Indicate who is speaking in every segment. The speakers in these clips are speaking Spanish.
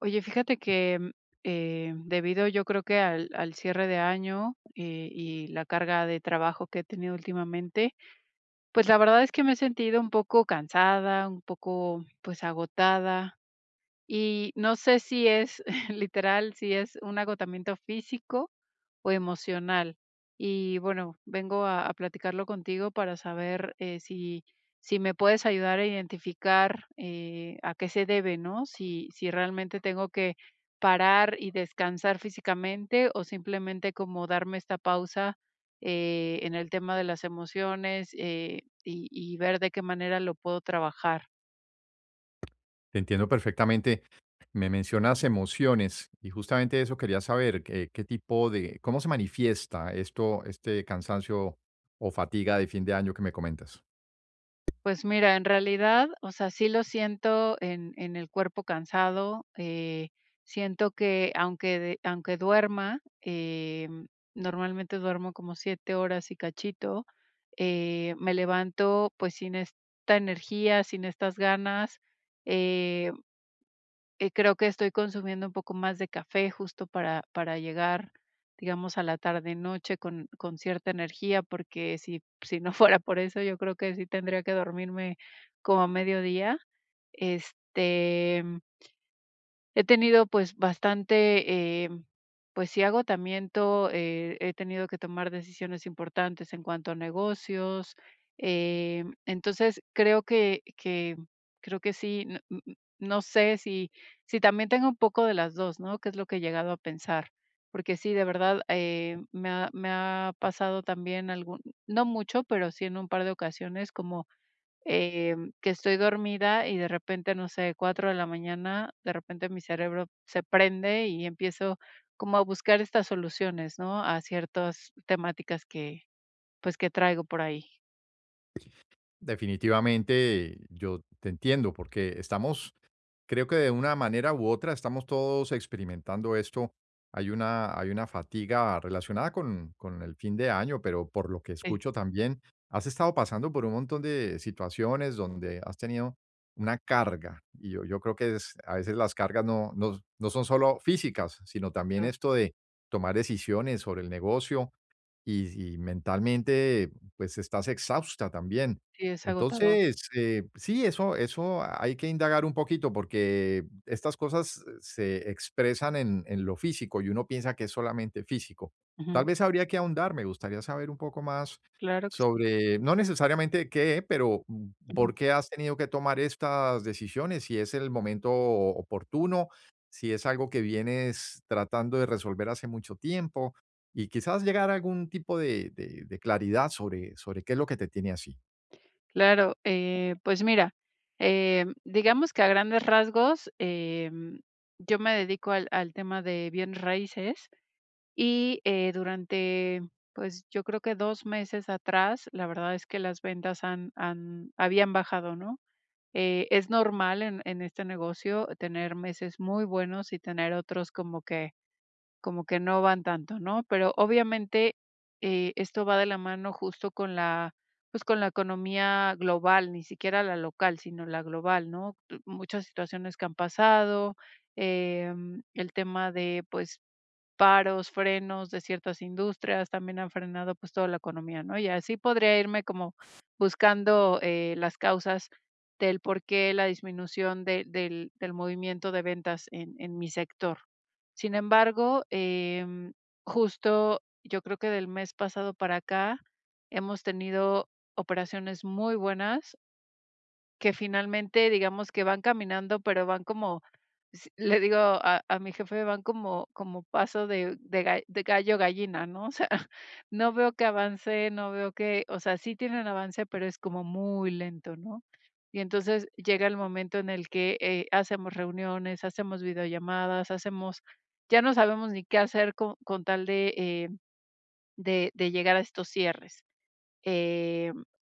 Speaker 1: Oye, fíjate que, debido yo creo que al cierre de año, y la carga de trabajo que he tenido últimamente, pues, la verdad es que me he sentido un poco cansada, un poco, pues, agotada. Y no sé si es literal, si es un agotamiento físico o emocional. Y bueno, vengo a platicarlo contigo para saber si, si me puedes ayudar a identificar a qué se debe, ¿no? Si, si realmente tengo que parar y descansar físicamente o simplemente como darme esta pausa en el tema de las emociones y ver de qué manera lo puedo trabajar.
Speaker 2: Te entiendo perfectamente. Me mencionas emociones y justamente eso quería saber, qué tipo de, cómo se manifiesta esto, este cansancio o fatiga de fin de año que me comentas.
Speaker 1: Pues mira, en realidad, o sea, sí lo siento en el cuerpo cansado. Siento que aunque, aunque duerma, normalmente duermo como siete horas y cachito, me levanto pues sin esta energía, sin estas ganas. eh, Creo que estoy consumiendo un poco más de café justo para llegar, digamos, a la tarde noche con cierta energía, porque si si no fuera por eso, yo creo que sí tendría que dormirme como a mediodía. Este, he tenido, pues, bastante, pues sí, agotamiento, he tenido que tomar decisiones importantes en cuanto a negocios, entonces creo que creo que sí, n n n no sé si si también tengo un poco de las 2, ¿no?, que es lo que he llegado a pensar, porque sí, de verdad, me ha pasado también algún, no mucho, pero sí en un par de ocasiones como, que estoy dormida y de repente, no sé, 4 de la mañana, de repente mi cerebro se prende y empiezo como a buscar estas soluciones, ¿no? A ciertas temáticas que, pues, que traigo por ahí.
Speaker 2: Definitivamente yo te entiendo porque estamos. Creo que de una manera u otra estamos todos experimentando esto. Hay una fatiga relacionada con el fin de año, pero por lo que
Speaker 1: Sí,
Speaker 2: escucho también, has estado pasando por un montón de situaciones donde has tenido una carga. Yo creo que a veces las cargas no son solo físicas, sino también
Speaker 1: claro.
Speaker 2: esto de tomar decisiones sobre el negocio y mentalmente, pues, estás exhausta también.
Speaker 1: Sí, es agotador.
Speaker 2: Entonces, sí, eso hay que indagar un poquito, porque estas cosas se expresan en lo físico, y uno piensa que es solamente físico. Tal
Speaker 1: Ujú.
Speaker 2: vez habría que ahondar, me gustaría saber un poco más
Speaker 1: Claro que sí.
Speaker 2: sobre, no necesariamente qué, pero
Speaker 1: Ujú.
Speaker 2: por qué has tenido que tomar estas decisiones, si es el momento oportuno, si es algo que vienes tratando de resolver hace mucho tiempo. Y quizás llegar a algún tipo de claridad sobre qué es lo que te tiene así.
Speaker 1: Claro, pues mira, digamos que a grandes rasgos, yo me dedico al tema de bienes raíces. Y, durante, pues, yo creo que 2 meses atrás, la verdad es que las ventas han habían bajado, ¿no? Es normal en este negocio tener meses muy buenos y tener otros como que no van tanto, ¿no? Pero obviamente, esto va de la mano justo con la, pues, con la economía global, ni siquiera la local, sino la global, ¿no? Muchas situaciones que han pasado, el tema de, pues, paros, frenos de ciertas industrias, también han frenado, pues, toda la economía, ¿no? Y así podría irme como buscando, las causas del por qué la disminución de del del movimiento de ventas en mi sector. Sin embargo, justo yo creo que del mes pasado para acá hemos tenido operaciones muy buenas que finalmente, digamos que van caminando, pero van como, s le digo a mi jefe, van como como paso de ga de gallo gallina, ¿no? O sea, no veo que avance, no veo que, o sea, sí tienen avance, pero es como muy lento, ¿no? Y entonces llega el momento en el que, hacemos reuniones, hacemos videollamadas, hacemos, ya no sabemos ni qué hacer con tal de, de llegar a estos cierres. Eh,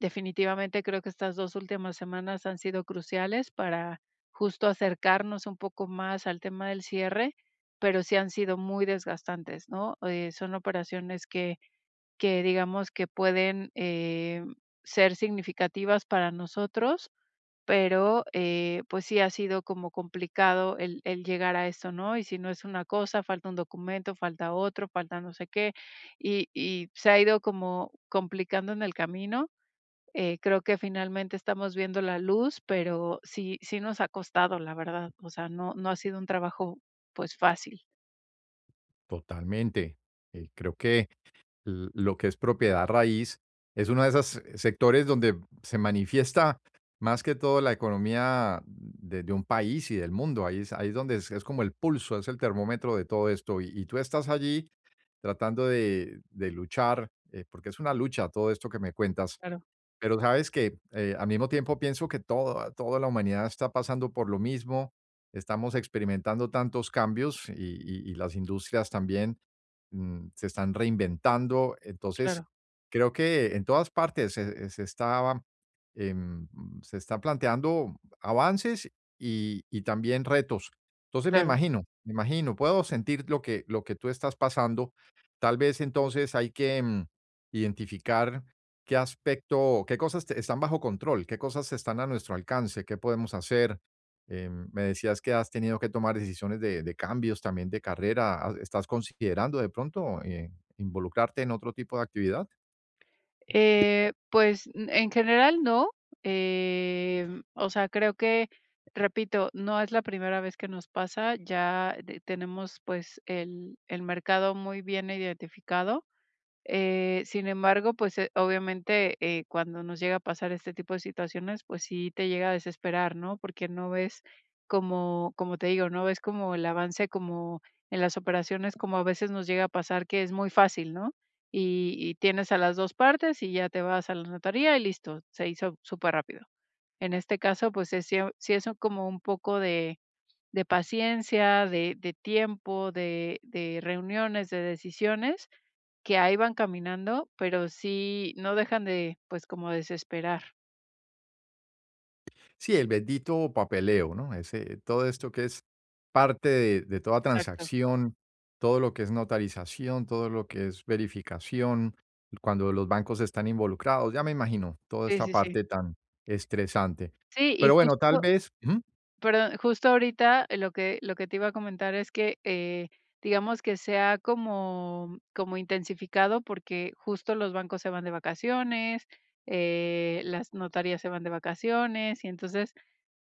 Speaker 1: Definitivamente creo que estas 2 últimas semanas han sido cruciales para justo acercarnos un poco más al tema del cierre, pero sí han sido muy desgastantes, ¿no? Son operaciones que digamos que pueden, ser significativas para nosotros, pero, pues sí ha sido como complicado el llegar a esto, ¿no? Y si no es una cosa, falta un documento, falta otro, falta no sé qué, y se ha ido como complicando en el camino. Creo que finalmente estamos viendo la luz, pero sí sí nos ha costado, la verdad. O sea, no no ha sido un trabajo, pues, fácil.
Speaker 2: Totalmente. Creo que l lo que es propiedad raíz es uno de esos sectores donde se manifiesta más que todo la economía de un país y del mundo. Ahí es donde es como el pulso, es el termómetro de todo esto. Y tú estás allí tratando de luchar, porque es una lucha todo esto que me cuentas.
Speaker 1: Claro,
Speaker 2: Pero sabes que al mismo tiempo pienso que toda la humanidad está pasando por lo mismo, estamos experimentando tantos cambios y las industrias también mm, se están reinventando. Entonces,
Speaker 1: claro,
Speaker 2: creo que en todas partes se está, em, se está planteando avances y también retos. Entonces,
Speaker 1: claro.
Speaker 2: me imagino, puedo sentir lo que tú estás pasando. Tal vez entonces hay que identificar qué aspecto, qué cosas están bajo control, qué cosas están a nuestro alcance, qué podemos hacer. Me decías que has tenido que tomar decisiones de cambios también de carrera. ¿Estás considerando de pronto involucrarte en otro tipo de actividad?
Speaker 1: Pues, en general no, o sea, creo que, repito, no es la primera vez que nos pasa, ya de tenemos, pues, el mercado muy bien identificado. Sin embargo, pues, obviamente, cuando nos llega a pasar este tipo de situaciones, pues sí te llega a desesperar, ¿no? Porque no ves como como te digo, no ves como el avance como en las operaciones, como a veces nos llega a pasar que es muy fácil, ¿no? Y tienes a las 2 partes y ya te vas a la notaría y listo, se hizo súper rápido. En este caso, pues, es sí sí es como un poco de paciencia, de tiempo, de reuniones, de decisiones, que ahí van caminando, pero sí, no dejan de, pues, como desesperar.
Speaker 2: Sí, el bendito papeleo, ¿no? Ese, todo esto que es parte de toda
Speaker 1: Exacto.
Speaker 2: transacción, todo lo que es notarización, todo lo que es verificación, cuando los bancos están involucrados, ya me imagino toda
Speaker 1: Sí,
Speaker 2: esta
Speaker 1: sí, sí.
Speaker 2: parte tan estresante.
Speaker 1: Sí, y
Speaker 2: Pero bueno, tal
Speaker 1: justo,
Speaker 2: vez.
Speaker 1: perdón, justo ahorita lo que te iba a comentar es que, digamos que sea como como intensificado, porque justo los bancos se van de vacaciones, las notarías se van de vacaciones, y entonces,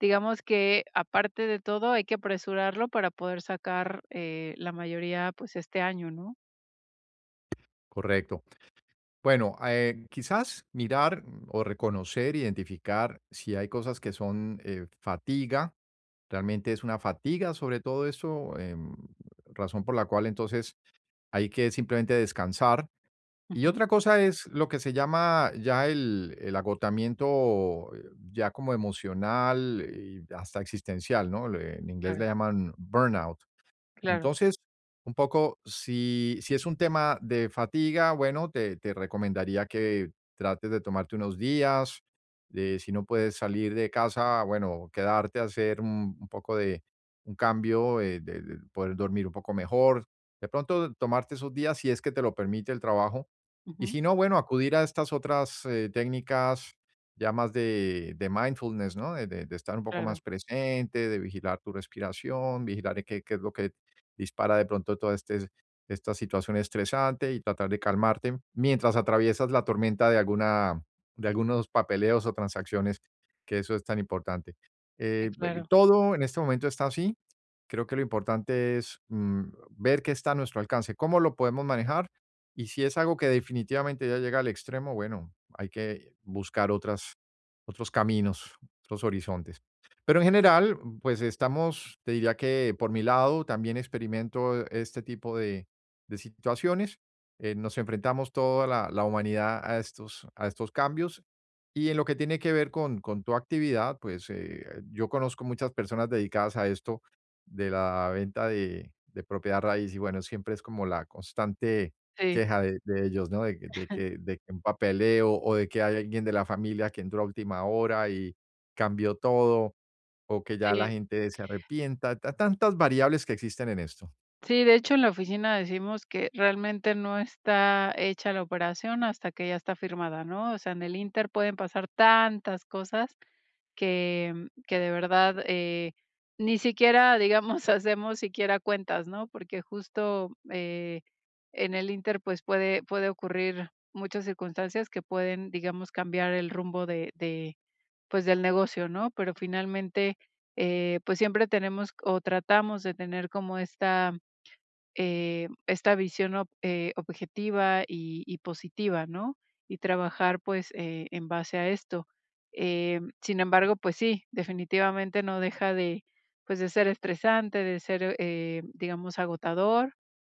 Speaker 1: digamos que aparte de todo, hay que apresurarlo para poder sacar, la mayoría, pues, este año, ¿no?
Speaker 2: Correcto. Bueno, quizás mirar mm, o reconocer, identificar si hay cosas que son fatiga, realmente es una fatiga sobre todo eso, em, razón por la cual entonces hay que simplemente descansar. Y
Speaker 1: Ujú.
Speaker 2: otra cosa es lo que se llama ya el agotamiento ya como emocional y hasta existencial, ¿no? En inglés le
Speaker 1: Claro,
Speaker 2: llaman burnout.
Speaker 1: claro.
Speaker 2: Entonces, un poco, si, si es un tema de fatiga, bueno, te recomendaría que trates de tomarte unos días, de si no puedes salir de casa, bueno, quedarte a hacer un poco de un cambio, de poder dormir un poco mejor. De pronto, tomarte esos días si es que te lo permite el trabajo. Y
Speaker 1: Ujú.
Speaker 2: si no, bueno, acudir a estas otras técnicas ya más de mindfulness, ¿no? De estar un poco más
Speaker 1: Claro,
Speaker 2: presente, de vigilar tu respiración, vigilar qué, qué es lo que dispara de pronto toda este, esta situación estresante y tratar de calmarte mientras atraviesas la tormenta de algunos papeleos o transacciones, que eso es tan importante.
Speaker 1: sí, claro.
Speaker 2: Todo en este momento está así. Creo que lo importante es mm, ver qué está a nuestro alcance, cómo lo podemos manejar y si es algo que definitivamente ya llega al extremo, bueno, hay que buscar otras, otros caminos, otros horizontes. Pero en general, pues estamos, te diría que por mi lado también experimento este tipo de situaciones. Nos enfrentamos toda la humanidad a a estos cambios. Y en lo que tiene que ver con tu actividad, pues yo conozco muchas personas dedicadas a esto de la venta de propiedad raíz y bueno, siempre es como la constante
Speaker 1: Sí,
Speaker 2: queja de ellos, ¿no? De de que un papeleo o de que hay alguien de la familia que entró a última hora y cambió todo o que ya la
Speaker 1: sí.
Speaker 2: gente se arrepienta, ta tantas variables que existen en esto.
Speaker 1: Sí, de hecho, en la oficina decimos que realmente no está hecha la operación hasta que ya está firmada, ¿no? O sea, en el Inter pueden pasar tantas cosas que, que de verdad ni siquiera, digamos, hacemos siquiera cuentas, ¿no? Porque justo en el Inter pues puede, puede ocurrir muchas circunstancias que pueden, digamos, cambiar el rumbo de, pues, del negocio, ¿no? Pero finalmente, pues, siempre tenemos o tratamos de tener como esta, esta visión objetiva y positiva, ¿no? Y trabajar pues en base a esto. Sin embargo, pues sí, definitivamente no deja de, pues de ser estresante, de ser, digamos, agotador.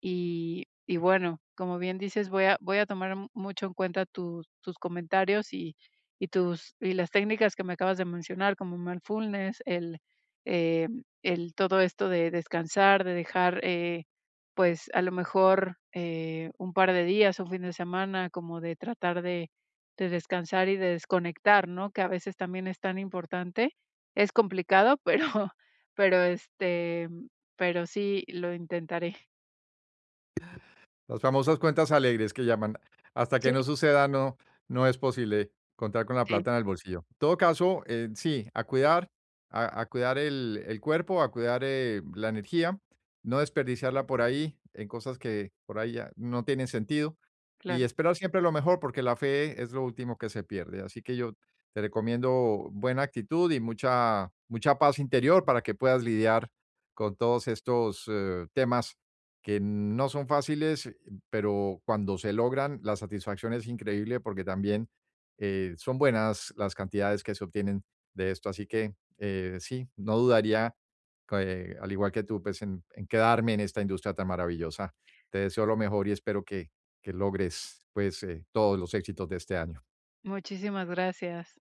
Speaker 1: Y bueno, como bien dices, voy a, voy a tomar mucho en cuenta tus, tus comentarios y, tus, y las técnicas que me acabas de mencionar, como mindfulness, eh, el todo esto de descansar, de dejar... pues, a lo mejor, un par de días, un fin de semana, como de tratar de descansar y de desconectar, ¿no? Que a veces también es tan importante. Es complicado, pero pero, este, pero sí lo intentaré.
Speaker 2: Las famosas cuentas alegres que llaman. Hasta
Speaker 1: Sí.
Speaker 2: que no suceda, no es posible contar con la
Speaker 1: Sí,
Speaker 2: plata en el bolsillo. En todo caso, sí, a cuidar, a cuidar el cuerpo, a cuidar, la energía, no desperdiciarla por ahí, en cosas que por ahí ya no tienen sentido, y
Speaker 1: claro.
Speaker 2: esperar siempre lo mejor, porque la fe es lo último que se pierde. Así que yo te recomiendo buena actitud y mucha mucha paz interior para que puedas lidiar con todos estos, temas que no son fáciles, pero cuando se logran, la satisfacción es increíble porque también son buenas las cantidades que se obtienen de esto. Así que sí, no dudaría, al igual que tú, pues en quedarme en esta industria tan maravillosa. Te deseo lo mejor y espero que logres pues todos los éxitos de este año.
Speaker 1: Muchísimas gracias.